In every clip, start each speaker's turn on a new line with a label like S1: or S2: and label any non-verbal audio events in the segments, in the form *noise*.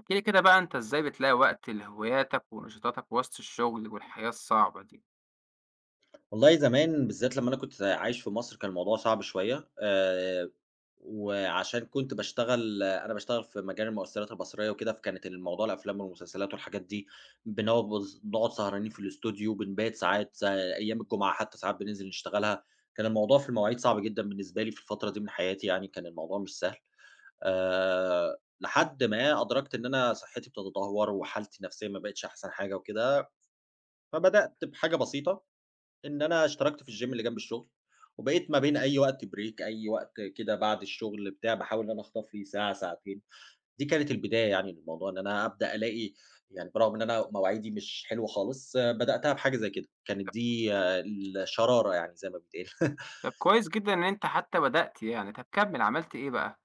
S1: احكِ لي كده بقى أنت إزاي بتلاقي وقت لهواياتك ونشاطاتك وسط الشغل والحياة الصعبة دي؟
S2: والله زمان بالذات لمّا أنا كنت عايش في مصر كان الموضوع صعب شوية، وعشان كنت باشتغل أنا باشتغل في مجال المؤثرات البصرية وكده، فكانت الموضوع الأفلام والمسلسلات والحاجات دي بنقعد سهرانين في الإستوديو، بنبات ساعات أيام الجمعة حتى ساعات بننزل نشتغلها، كان الموضوع في المواعيد صعب جدًا بالنسبة لي في الفترة دي من حياتي يعني، كان الموضوع مش سهل، لحد ما أدركت إن أنا صحتي بتتدهور وحالتي النفسية ما بقتش أحسن حاجة وكده، فبدأت بحاجة بسيطة إن أنا اشتركت في الgym اللي جنب الشغل، وبقيت ما بين أي وقت بريك، أي وقت كده بعد الشغل بتاع، باحاول إن أنا أخطف لي ساعة، ساعتين. دي كانت البداية يعني للموضوع، إن أنا أبدأ ألاقي يعني برغم إن أنا مواعيدي مش حلوة خالص، آه، بدأتها بحاجة زي كده. كانت دي الشرارة يعني زي ما بيتقال. *laughs*
S1: طب كويس جدًا إن أنت حتى بدأت يعني، طب كمّل عملت إيه بقى؟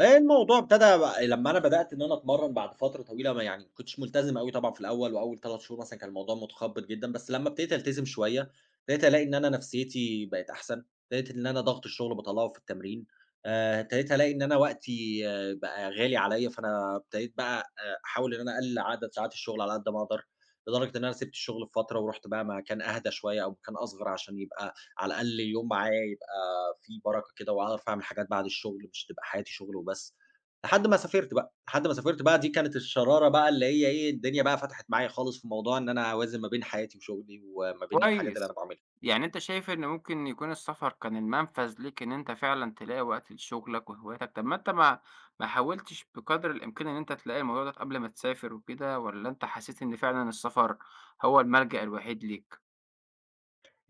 S2: الموضوع ابتدى بقى لمّا أنا بدأت إن أنا أتمرّن بعد فترة طويلة ما يعني ما كنتش ملتزم أوي طبعًا في الأول، وأول 3 شهور مثلًا كان الموضوع متخبّط جدًا، بس لمّا ابتديت ألتزم شوية، ابتديت ألاقي إن أنا نفسيتي بقت أحسن، ابتديت إن أنا ضغط الشغل باطلّعه في التمرين، ابتديت ألاقي إن أنا وقتي بقى غالي عليَّ، فأنا ابتديت بقى أحاول إن أنا أقلل عدد ساعات الشغل على قد ما أقدر، لدرجة إن أنا سِبت الشغل بفترة ورُحت بقى مكان أهدى شوية أو مكان أصغر عشان يبقى على الأقل اليوم معايا يبقى في بركة كده وأعرف أعمل حاجات بعد الشغل، مش تبقى حياتي شغل وبس. لحد ما سافرت بقى، لحد ما سافرت بقى دي كانت الشرارة بقى اللي هي إيه، الدنيا بقى فتحت معايا خالص في موضوع إن أنا أوازن ما بين حياتي وشغلي وما بين الحاجات اللي
S1: كويس،
S2: أنا باعملها.
S1: يعني أنت شايف إن ممكن يكون السفر كان المنفذ ليك إن أنت فعلًا تلاقي وقت لشغلك وهواياتك، طب ما أنت ما حاولتش بقدر الإمكان إن أنت تلاقي الموضوع ده قبل ما تسافر وكده، والّا أنت حسيت إن فعلًا السفر هو الملجأ الوحيد ليك؟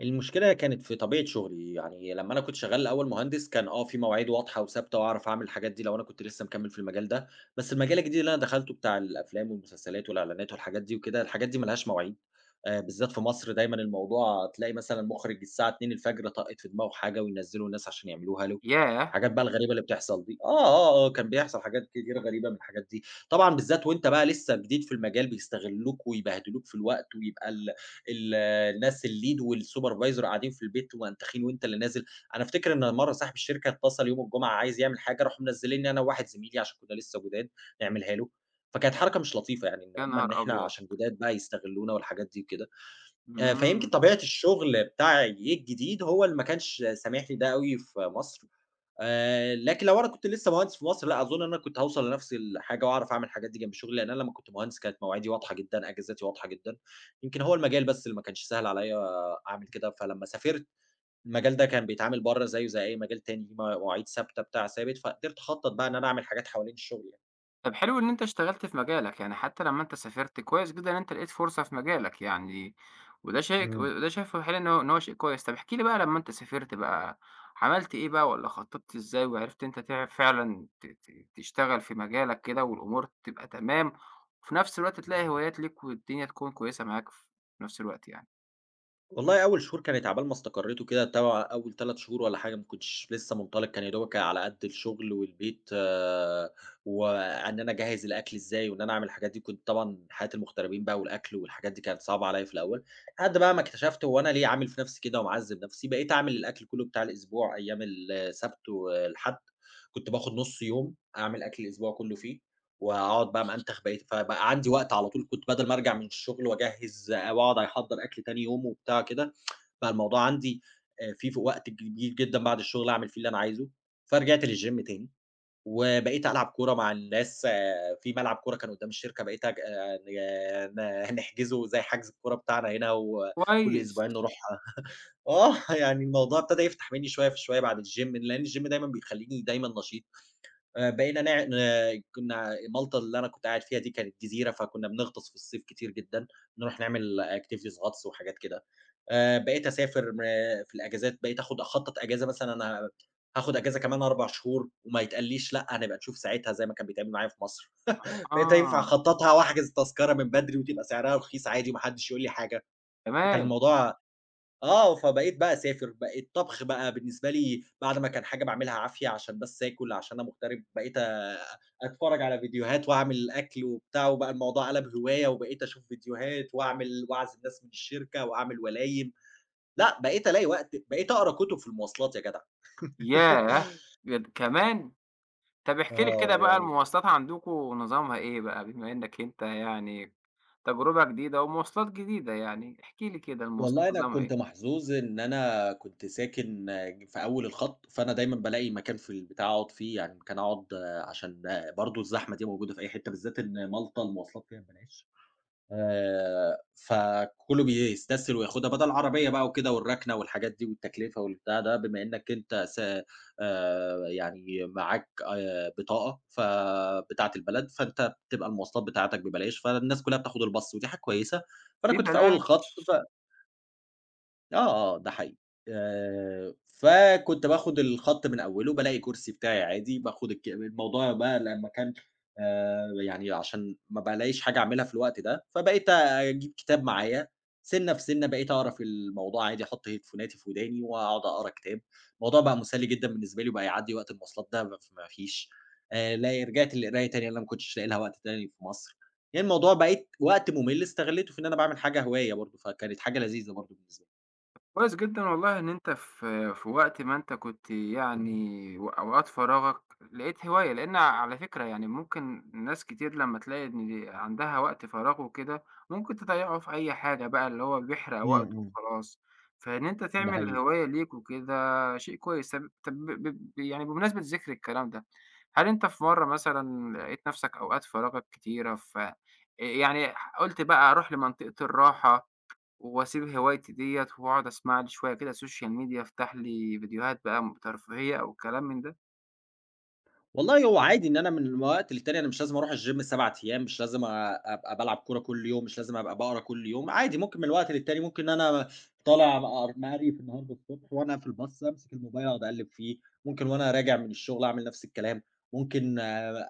S2: المشكلة كانت في طبيعة شغلي، يعني لمّا أنا كنت شغّال الأول مهندس كان آه، في مواعيد واضحة وثابتة وأعرف أعمل الحاجات دي لو أنا كنت لسه مكمّل في المجال ده، بس المجال الجديد اللي أنا دخلته بتاع الأفلام والمسلسلات والإعلانات والحاجات دي وكده، الحاجات دي ما لهاش مواعيد، بالذات في مصر دايمًا الموضوع تلاقي مثلًا مُخرِج الساعة 02:00 طَقِّت في دماغه حاجة وينزّلوا الناس عشان يعملوها له،
S1: ياه!
S2: الحاجات بقى الغريبة اللي بتحصل دي. كان بيحصل حاجات كتيرة غريبة من الحاجات دي، طبعًا بالذات وأنت بقى لسه جديد في المجال بيستغلّوك ويبهدلوك في الوقت ويبقى ال ال الناس الlead والsupervisor قاعدين في البيت وأنتخين وأنت اللي نازل، أنا أفتكر إن مرّة صاحب الشركة اتصل يوم الجمعة عايز يعمل حاجة، راحوا منزّلينّي أنا وواحد زميلي عشان كنا لسه جداد نعملها له، فكانت حركة مش لطيفة يعني إن
S1: يا
S2: هُم
S1: نهار
S2: إن إحنا
S1: أبيض!
S2: عشان جداد بقى يستغلّونا والحاجات دي وكده، فيمكن
S1: إمم.
S2: طبيعة الشغل بتاعي الجديد هو اللي ما كانش سامح لي ده أوي في مصر. لكن لو أنا كنت لسه مهندس في مصر، لأ أظن إن أنا كنت هاوصل لنفس الحاجة وأعرف أعمل الحاجات دي جنب شغلي، لأن أنا لمّا كنت مهندس كانت مواعيدي واضحة جدًا، أجازاتي واضحة جدًا، يمكن هو المجال بس اللي ما كانش سهل عليّا أعمل كده، فلمّا سافرت المجال ده كان بيتعامل برّه زيه زي أي مجال تاني، ليه مواعيد ثابتة، بتاع ثابت، فقدرت أخطط بقى إن أنا أعمل حاجات حوالين الشغل يعني.
S1: طب حلو إن أنت اشتغلت في مجالك، يعني حتى لمّا أنت سافرت كويس جدًا إن أنت لقيت فرصة في مجالك يعني، وده شيء ك
S2: إمم.
S1: وده شايفه حلو إن هو شيء كويس. طب احكِ لي بقى لمّا أنت سافرت بقى، عملت إيه بقى والّا خطّطت إزاي وعرفت إن أنت تع فعلًا ت ت تشتغل في مجالك كده والأمور تبقى تمام، وفي نفس الوقت تلاقي هوايات ليك والدنيا تكون كويسة معاك في نفس الوقت يعني؟
S2: والله أول شهور كانت عبال ما استقريت وكده، تبع أول 3 شهور والّا حاجة ما كنتش لسه منطلق، كان يا دوبك على قد الشغل والبيت، وإن أنا أجهّز الأكل إزاي وإن أنا أعمل الحاجات دي، كنت طبعًا حياة المغتربين بقى والأكل والحاجات دي كانت صعبة عليّا في الأول، لحد بقى ما اكتشفت هو أنا ليه عامل في نفسي كده ومعذّب نفسي، بقيت أعمل الأكل كُلّه بتاع الأسبوع أيام السبت والحد، كنت باخد نُص يوم أعمل أكل الأسبوع كُلّه فيه. وأقعد بقى مأنتخ فبقى عندي وقت على طول، كنت بدل ما أرجع من الشغل وأجهّز وأقعد أحضّر أكل تاني يوم وبتاع كده، بقى الموضوع عندي في ف وقت كبير جدًا بعد الشغل أعمل فيه اللي أنا عايزه، فرجعت للGym تاني، وبقيت ألعب كورة مع الناس في ملعب كورة كان قدّام الشركة بقيت أج ن ن- نحجزه زي حجز الكورة بتاعنا هنا وكل
S1: كويس،
S2: أسبوعين نروح *laughs* يعني الموضوع ابتدى يفتح مني شوية في شوية بعد الGym لإن الGym دايمًا بيخلّيني دايمًا نشيط. بقينا نع ن كنا مالطا اللي أنا كنت قاعد فيها دي كانت جزيرة، فكنا بنغطس في الصيف كتير جدًا، نروح نعمل activities غطس وحاجات كده. بقيت أسافر م في الأجازات، بقيت آخُد أخطّط أجازة مثلًا أنا هاخُد أجازة كمان 4 شهور وما يتقالّيش لأ، هنبقى نشوف ساعتها زي ما كان بيتعمل معايا في مصر. *laughs* بقيت ينفع
S1: آه،
S2: أخطّطها وأحجز التذكرة من بدري وتبقى سعرها رخيص عادي وما حدّش يقول لي حاجة، فكان
S1: كمان!
S2: الموضوع فبقيت بقى أسافر، بقى الطبخ بقى بالنسبة لي بعد ما كان حاجة باعملها عافية عشان بس آكل، عشان أنا مغترب، بقيت أتفرّج على فيديوهات وأعمل أكل وبتاع، وبقى الموضوع قَلَب هواية، وبقيت أشوف فيديوهات وأعمل وأعزم ناس من الشركة وأعمل ولايم، لأ بقيت ألاقي وقت بقيت أقرا كُتب في المواصلات يا جدع.
S1: ياه!
S2: *laughs*
S1: بجد كمان؟! طب احكِ لي كده بقى
S2: يعني
S1: المواصلات عندكم نظامها إيه بقى، بما إنك أنت يعني تجربة جديدة ومواصلات جديدة يعني، احكِ لي كده المواصلات
S2: والله أنا
S1: نظامها
S2: كنت
S1: إيه؟
S2: محظوظ إن أنا كنت ساكن في أول الخط، فأنا دايمًا بالاقي مكان في البتاع أقعد فيه، يعني مكان أقعد آه، عشان برضه الزحمة دي موجودة في أي حتة، بالذات إن مالطا المواصلات فيها ببلاش، فكله بيستسهل وياخدها بدل العربية بقى وكده والركنة والحاجات دي والتكلفة والبتاع ده، بما إنك أنت س يعني معاك بطاقة بتاعة البلد، فأنت بتبقى المواصلات بتاعتك ببلاش، فالناس كلها بتاخد الباص ودي حاجة كويسة، فأنا كنت في أول
S1: ببلاش.
S2: الخط آه، آه، ده حقيقي. فكنت باخد الخط من أوله، بالاقي الكرسي بتاعي عادي، باخد الموضوع بقى لمّا كان يعني عشان ما بالاقيش حاجة أعملها في الوقت ده، فبقيت أجيب كتاب معايا، سِنّة في سِنّة بقيت أقرا في الموضوع عادي، أحط هيدفوناتي في وداني وأقعد أقرا كتاب. الموضوع بقى مسلي جدًا بالنسبة لي وبقى يعدّي وقت المواصلات ده ما فيش. لا رجعت للقراية تاني، أنا ما كنتش لاقي لها وقت تاني في مصر. يعني الموضوع بقيت وقت مُمِل استغلّيته في إن أنا باعمل حاجة هواية برضه، فكانت حاجة لذيذة برضه بالنسبة لي.
S1: كويس جدًا والله إن أنت في وقت ما أنت كنت يعني و أوقات فراغك لقيت هواية، لإن على فكرة يعني ممكن ناس كتير لمّا تلاقي إن عندها وقت فراغ وكده، ممكن تضيّعه في أي حاجة بقى اللي هو بيحرق
S2: إمم،
S1: وقته
S2: إمم،
S1: وخلاص، فإن أنت
S2: ده
S1: تعمل
S2: حقيقي.
S1: هواية ليك وكده شيء كويس. طب طب ب ب يعني بمناسبة ذكر الكلام ده، هل أنت في مرّة مثلًا لقيت نَفْسك أوقات فراغك كتيرة ف يعني قُلت بقى أروح لمنطقة الراحة وأسيب هوايتي ديّة وأقعد أسمع لي شوية كده social media أفتح لي فيديوهات بقى ترفيهية أو كلام من ده.
S2: والله هو عادي إن أنا من وقت للتاني أنا مش لازم أروح الgym 7 أيام، مش لازم أبقى بالعب كورة كل يوم، مش لازم أبقى باقرا كل يوم، عادي ممكن من وقت للتاني ممكن أنا طالع مقريف النهارده الصبح وأنا في الباص أمسك الموبايل أقعد أقلِّب فيه، ممكن وأنا راجع من الشغل أعمل نفس الكلام، ممكن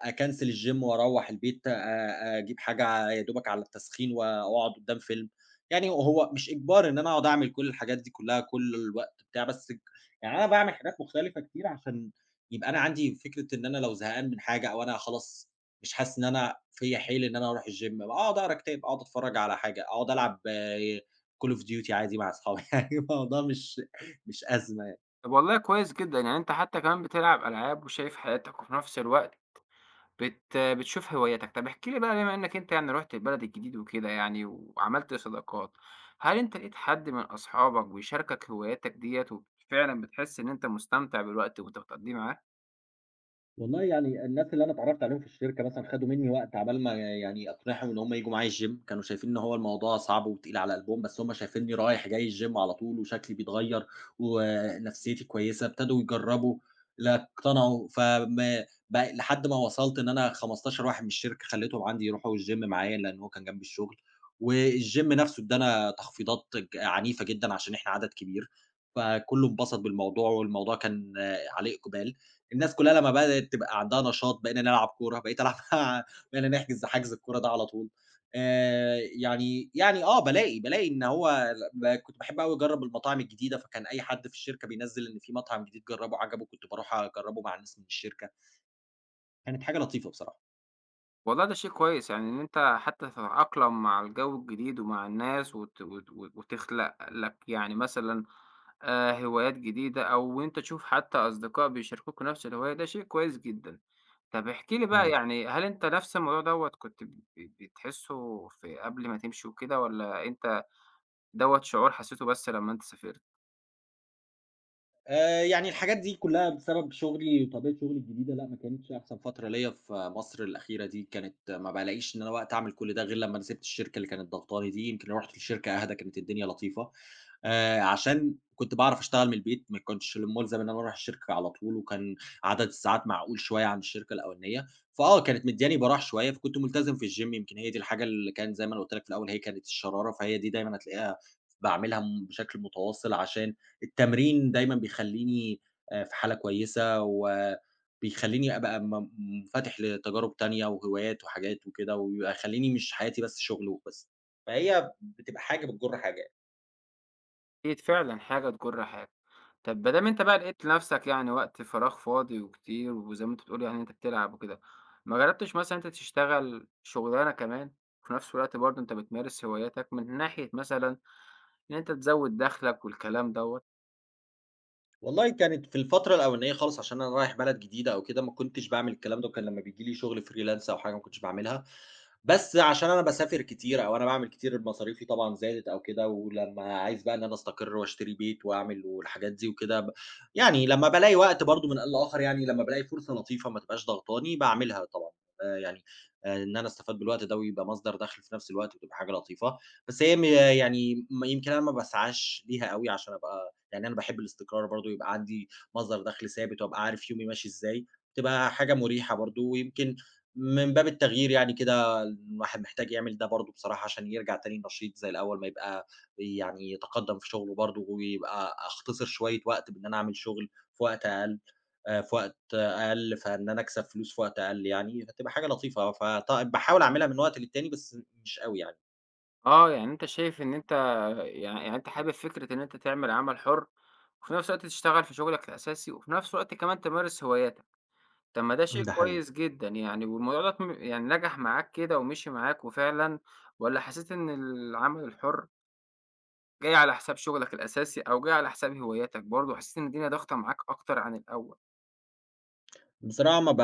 S2: أكنسل الgym وأروّح البيت أجيب حاجة يا دوبك على التسخين وأقعد قدّام فيلم. يعني هو مش إجبار إن أنا أقعد أعمل كل الحاجات دي كلّها كل الوقت بتاع، بس يعني أنا باعمل حاجات مختلفة كتير عشان يبقى أنا عندي فكرة إن أنا لو زهقان من حاجة أو أنا خلاص مش حاسس إن أنا فيّا حيل إن أنا أروح الgym أقعد أقرا كتاب، أقعد أتفرّج على حاجة، أقعد ألعب call of duty عادي مع أصحابي *laughs* يعني الموضوع مش أزمة.
S1: طب والله كويس جدًا، يعني أنت حتى كمان بتلعب ألعاب وشايف حياتك وفي نفس الوقت بتشوف هواياتك. طب احكِ لي بقى بما إنّك أنت يعني رُحت البلد الجديد وكده يعني وعملت صداقات، هل أنت لقيت حد من أصحابك بيشاركك هواياتك ديّة وفعلًا بتحس إن أنت مستمتع بالوقت وأنت بتقضيه معاه؟
S2: والله يعني الناس اللي أنا اتعرّفت عليهم في الشركة مثلًا خدوا منّي وقت عقبال ما يعني أقنعهم إن هم ييجوا معايا الgym، كانوا شايفين إن هو الموضوع صعب وتقيل على قلبهم، بس هم شايفينّي رايح جاي الgym على طول وشكلي بيتغيّر ونفسيتي كويسة، ابتدوا يجرّبوا، لا اقتنعوا، فما بقى لحد ما وصلت إن أنا 15 واحد من الشركة خلّيتهم عندي يروحوا الgym معايا لإن هو كان جنب الشغل، والgym نَفْسه ادّانا تخفيضات ج عنيفة جدًا عشان إحنا عدد كبير، فكُلّه انبسط بالموضوع والموضوع كان عليه إقبال. الناس كلّها لمّا بدأت تبقى عندها نشاط، بقينا نلعب كورة، بقيت ألعب *laughs* مع بقينا نحجز حجز الكورة ده على طول. بالاقي إن هو كنت باحب أوي أجرّب المطاعم الجديدة، فكان أي حد في الشركة بينزّل إن في مطعم جديد جرّبه عجبه، كنت باروح أجرّبه مع الناس من الشركة، كانت حاجة لطيفة بصراحة.
S1: والله ده شيء كويس يعني إن أنت حتى تتأقلم مع الجو الجديد ومع الناس وتخلق لك يعني مثلا آه، هوايات جديدة أو أنت تشوف حتى أصدقاء بيشاركوك نفس الهواية ده شيء كويس جدا. طب احكي لي بقى
S2: إمم.
S1: يعني هل أنت نفس الموضوع دوت كنت بتحسه في قبل ما تمشي وكده ولا أنت دوت شعور حسيته بس لما أنت سافرت؟
S2: يعني الحاجات دي كلّها بسبب شغلي وطبيعة شغلي الجديدة، لأ ما كانتش أحسن فترة ليّا في مصر الأخيرة دي، كانت ما بالاقيش إن أنا وقت أعمل كل ده غير لمّا أنا سِبت الشركة اللي كانت ضاغطاني دي، يمكن لو رُحت لشركة أهدى كانت الدنيا لطيفة، عشان كنت باعرف أشتغل من البيت، ما كنتش مُلزم إن أنا أروح الشركة على طول، وكان عدد الساعات معقول شوية عن الشركة الأولانية، فآه كانت مدّياني براح شوية، فكنت ملتزم في الgym يمكن هي دي الحاجة اللي كان زي ما أنا قُلت لك في الأول هي كانت الشرارة، فهي دي دايمًا هتلاقيها باعملها بشكل متواصل عشان التمرين دايمًا بيخلّيني في حالة كويسة، وبيخلّيني أبقى منفتح لتجارب تانية وهوايات وحاجات وكده، وبيبقى يخلّيني مش حياتي بس شغل وبس، فهي بتبقى حاجة بتجر حاجة يعني.
S1: أكيد فعلًا حاجة تجُر حاجة. طب ما دام أنت بقى لقيت لنفسك يعني وقت فراغ فاضي وكتير، وزي ما أنت بتقول يعني أنت بتلعب وكده، ما جرّبتش مثلًا أنت تشتغل شُغلانة كمان، وفي نفس الوقت برضه أنت بتمارس هواياتك من ناحية مثلًا إن أنت تزوّد دخلك والكلام دوّة؟
S2: والله كانت في الفترة الأولانية خالص عشان أنا رايح بلد جديدة أو كده، ما كنتش باعمل الكلام ده، وكان لمّا بييجي لي شغل freelance أو حاجة ما كنتش باعملها، بس عشان أنا باسافر كتير أو أنا باعمل كتير مصاريفي طبعًا زادت أو كده، ولمّا عايز بقى إن أنا أستقر وأشتري بيت وأعمل والحاجات دي وكده يعني لمّا بالاقي وقت برضه من آن لآخر يعني لمّا بالاقي فرصة لطيفة ما تبقاش ضاغطاني باعملها طبعًا، آآ يعني إن أنا أستفاد بالوقت ده ويبقى مصدر دخل في نفس الوقت وتبقى حاجة لطيفة، بس هي م يعني م يمكن أنا ما باسعاش ليها أوي عشان أبقى يعني أنا باحب الاستقرار برضه، يبقى عندي مصدر دخل ثابت وأبقى عارف يومي ماشي إزاي، بتبقى حاجة مريحة برضه، ويمكن من باب التغيير يعني كده الواحد محتاج يعمل ده برضه بصراحة عشان يرجع تاني نشيط زي الأول، ما يبقى يعني يتقدم في شغله برضه، ويبقى أختصر شوية وقت بإن أنا أعمل شغل في وقت أقل في وقت أقل، فإن أنا أكسب فلوس في وقت أقل يعني، فتبقى حاجة لطيفة، فط باحاول أعملها من وقت للتاني بس مش أوي يعني.
S1: آه، يعني أنت شايف إن أنت يع يعني أنت حابب فكرة إن أنت تعمل عمل حُر، وفي نفس الوقت تشتغل في شُغلك الأساسي، وفي نفس الوقت كمان تمارس هواياتك. طب ما ده شيء
S2: ده حقيقي.
S1: كويس جدًا يعني، والموضوع ده يعني نجح معاك كده ومشي معاك وفعلًا، والّا حسيت إن العمل الحُر جاي على حساب شغلك الأساسي أو جاي على حساب هواياتك برضه، حسيت إن الدنيا ضاغطة معاك أكتر عن الأول؟
S2: بصراحة ما ب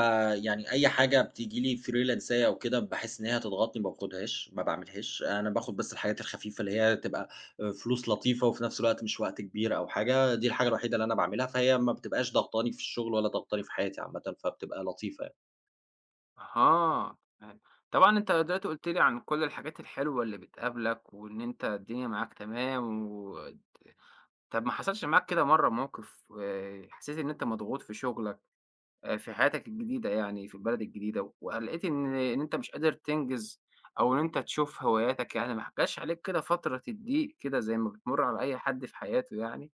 S2: يعني أي حاجة بتيجي لي فريلانسية أو كده باحس إن هي هتضغطني ما باخدهاش، ما باعملهاش، أنا باخد بس الحاجات الخفيفة اللي هي تبقى فلوس لطيفة وفي نفس الوقت مش وقت كبير أو حاجة، دي الحاجة الوحيدة اللي أنا باعملها، فهي ما بتبقاش ضاغطاني في الشغل ولا ضاغطاني في حياتي عامةً، فبتبقى لطيفة يعني.
S1: أها، تمام. طبعًا أنت دلوقتي قُلت لي عن كل الحاجات الحلوة اللي بتقابلك وإن أنت الدنيا معاك تمام و طب ما حصلش معاك كده مرّة موقف حسيت إن أنت مضغوط في شغلك في حياتك الجديدة يعني، في البلد الجديدة، ولقيت إن أنت مش قادر تنجز أو إن أنت تشوف هواياتك يعني، ما جاش عليك كده فترة الضيق كده زي ما بتمُر على أي حد في حياته يعني؟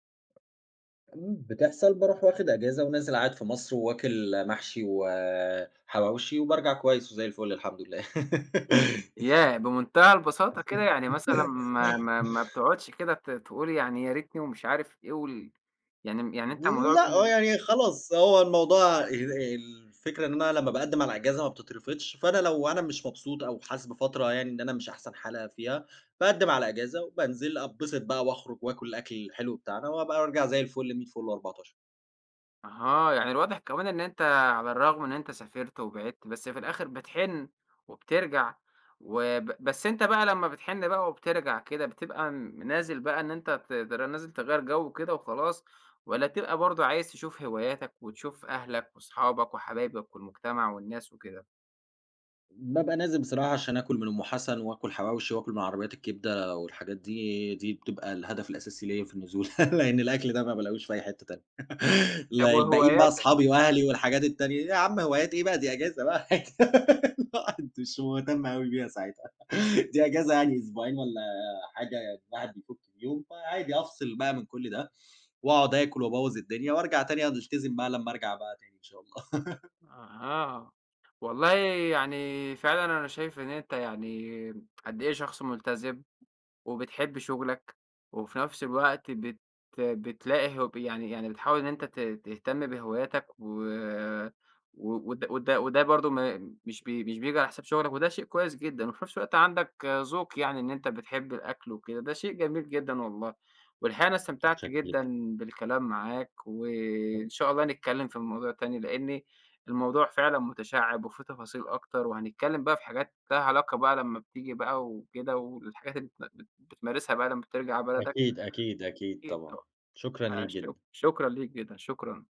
S2: بتحصل باروح واخد أجازة ونازل قاعد في مصر وواكل محشي وحواوشي وبارجع كويس وزي الفل الحمد لله.
S1: ياه! بمنتهى البساطة كده يعني مثلًا ما
S2: *laughs*
S1: بتقعدش كده تقول يعني يا ريتني ومش عارف إيه وال يعني أنت الموضوع
S2: لأ، هو
S1: بالن.
S2: يعني خلاص هو الموضوع الفكرة إن أنا لمّا باقدّم على إجازة ما بتترفضش، فأنا لو أنا مش مبسوط أو حاسس بفترة يعني إن أنا مش أحسن حالة فيها، باقدّم على إجازة وبانزل أتبسط بقى وأخرج وآكل الأكل الحلو بتاعنا وأبقى أرجع زي الفل، 100 فل و14.
S1: أها، يعني الواضح كمان إن أنت على الرغم إن أنت سافرت وبعدت، بس في الآخر بتحِن وبترجع، بس أنت بقى لمّا بتحِن بقى وبترجع كده، بتبقى نازل بقى إن أنت ت تر نازل تغيّر جو وكده وخلاص، والّا بتبقى برضه عايز تشوف هواياتك وتشوف أهلك وأصحابك وحبايبك والمجتمع والناس وكده؟
S2: بابقى نازل بصراحة عشان آكل من أم حسن وآكل حواوشي وآكل من عربيات الكبدة والحاجات دي، دي بتبقى الهدف الأساسي ليّا في النزول، *laughs* لإن الأكل ده ما بالاقيهوش في أي حتة تانية. *laughs*
S1: طب
S2: لا الباقيين بقى
S1: وهواياتك.
S2: أصحابي وأهلي والحاجات التانية، يا عم هوايات إيه بقى دي إجازة بقى *laughs* الواحد مش مهتم أوي بيها ساعتها، دي إجازة يعني أسبوعين والّا حاجة يعني الواحد بيفُك بيهم، فعادي أفصل بقى من كل ده وأقعد آكل وأبوّظ الدنيا وأرجع تاني ألتزم بقى لمّا أرجع بقى تاني إن شاء الله.
S1: أها، والله يعني فعلًا أنا شايف إن أنت يعني قد إيه شخص ملتزم. وبتحب شغلك، وفي نفس الوقت بتلاقي هو يعني يعني بتحاول إن أنت تهتم بهواياتك و وده وده برضه ما مش بي مش بييجي على حساب شغلك، وده شيء كويس جدًا، وفي نفس الوقت عندك ذوق يعني إن أنت بتحب الأكل وكده، ده شيء جميل جدًا والله، والحقيقة أنا استمتعت
S2: متشكر
S1: جدًا
S2: ليك.
S1: بالكلام معاك، وإن شاء الله نتكلم في الموضوع تاني، لإن الموضوع فعلًا متشعب وفيه تفاصيل أكتر، وهنتكلم بقى في حاجات لها علاقة بقى لمّا بتيجي بقى وكده، والحاجات اللي بتمارسها بقى لمّا بترجع بلدك.
S2: أكيد، أكيد، أكيد
S1: أكيد
S2: طبعًا.
S1: طبعًا.
S2: شكرًا ليك
S1: شك
S2: جدًا.
S1: شكرًا ليك جدًا، شكرًا.